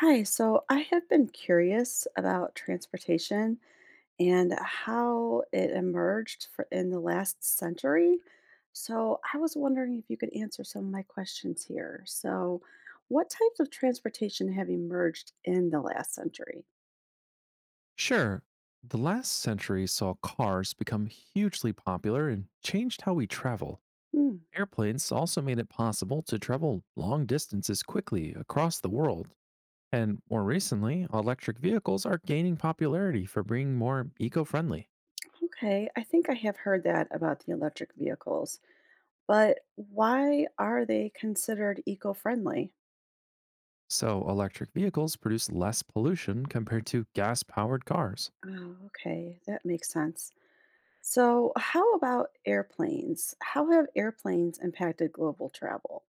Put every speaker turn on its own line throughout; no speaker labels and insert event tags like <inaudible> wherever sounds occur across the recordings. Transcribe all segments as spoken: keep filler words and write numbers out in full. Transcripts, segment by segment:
Hi, so I have been curious about transportation and how it emerged for in the last century. So I was wondering if you could answer some of my questions here. So, what types of transportation have emerged in the last century?
Sure, the last century saw cars become hugely popular and changed how we travel.
Hmm,
Airplanes also made it possible to travel long distances quickly across the world. And more recently, electric vehicles are gaining popularity for being more eco friendly.
okay, I think I have heard that about the electric vehicles, but why are they considered eco friendly?
So, electric vehicles produce less pollution compared to gas powered cars.
Oh, okay, that makes sense. So, how about airplanes? How have airplanes impacted global travel?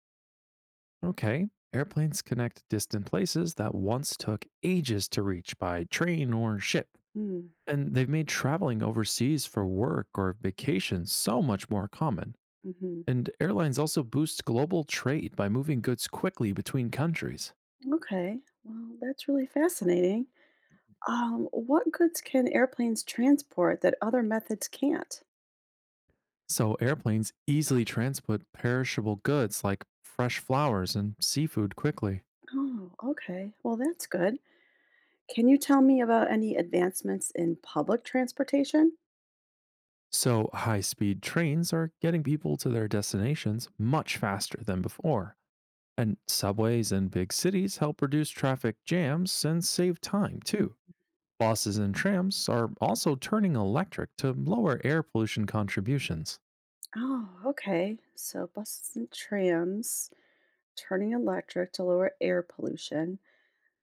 Okay, airplanes connect distant places that once took ages to reach by train or ship.
Mm,
And they've made traveling overseas for work or vacation so much more common.
hmm.
And airlines also boost global trade by moving goods quickly between countries.
Okay, well, that's really fascinating. Um, what goods can airplanes transport that other methods can't?
So airplanes easily transport perishable goods like fresh flowers and seafood quickly.
Oh, okay. Well, that's good. Can you tell me about any advancements in public transportation?
So high speed trains are getting people to their destinations much faster than before. And subways in big cities help reduce traffic jams and save time
Mm.
too. Buses and trams are also turning electric to lower air pollution contributions.
Oh, okay. So, buses and trams turning electric to lower air pollution.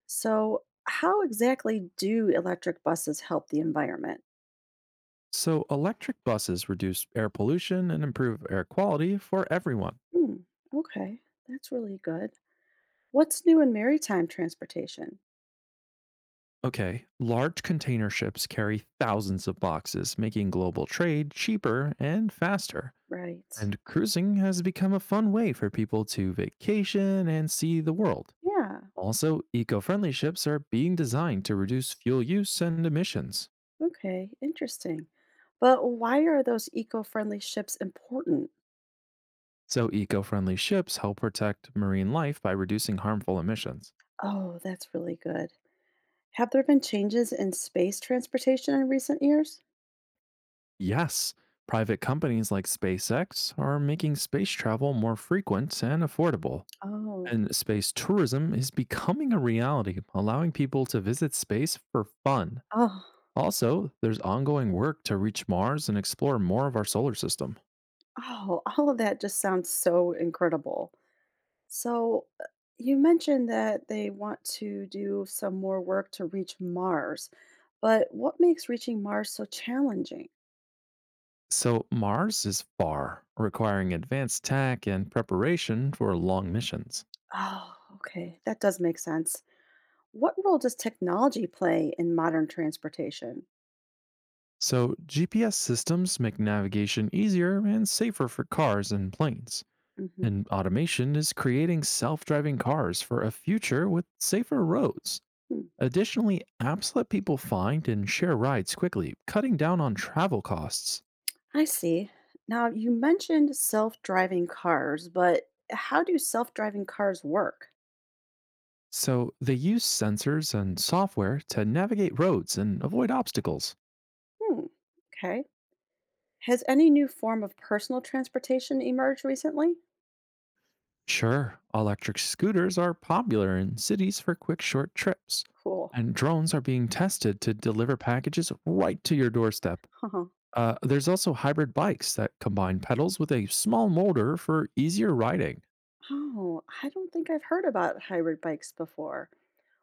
So, how exactly do electric buses help the environment?
So, electric buses reduce air pollution and improve air quality for everyone.
Hmm, okay, that's really good. What's new in maritime transportation?
Okay, large container ships carry thousands of boxes, making global trade cheaper and faster.
Right.
And cruising has become a fun way for people to vacation and see the world.
Yeah,
Also, eco friendly ships are being designed to reduce fuel use and emissions.
okay, interesting. But why are those eco friendly ships important?
So, eco friendly ships help protect marine life by reducing harmful emissions.
Oh, that's really good. Have there been changes in space transportation in recent years?
Yes, private companies like SpaceX are making space travel more frequent and affordable.
Oh,
And space tourism is becoming a reality, allowing people to visit space for fun.
oh,
Also, there's ongoing work to reach Mars and explore more of our solar system.
oh, <laughs> all of that just sounds so incredible. So, uh, you mentioned that they want to do some more work to reach Mars, but what makes reaching Mars so challenging?
So, Mars is far, requiring advanced tech and preparation for long missions.
Oh, okay. That does make sense. What role does technology play in modern transportation?
So, G P S systems make navigation easier and safer for cars and planes.
Hmm.
And automation is creating self driving cars for a future with safer roads. Additionally, apps let people find and share rides quickly, cutting down on travel costs.
I see. Now, you mentioned self driving cars, but how do self driving cars work?
So, they use sensors and software to navigate roads and avoid obstacles.
Hmm. Okay. Has any new form of personal transportation emerged recently?
Sure, electric scooters are popular in cities for quick, short trips,
Cool.
and drones are being tested to deliver packages right to your doorstep.
<laughs>
Uh, there's also hybrid bikes that combine pedals with a small motor for easier riding.
Oh, I don't think I've heard about hybrid bikes before.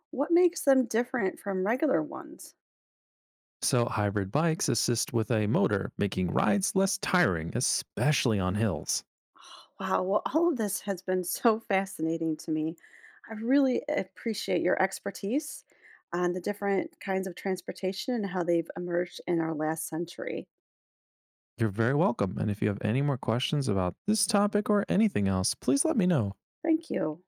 What makes them different from regular ones?
So, hybrid bikes assist with a motor, making rides less tiring, especially on hills.
Oh, wow, well, all of this has been <laughs> so fascinating to me. I really appreciate your expertise on the different kinds of transportation and how they've emerged in our last century.
You're very welcome. And if you have any more questions about this topic or anything else, please let me know.
Thank you.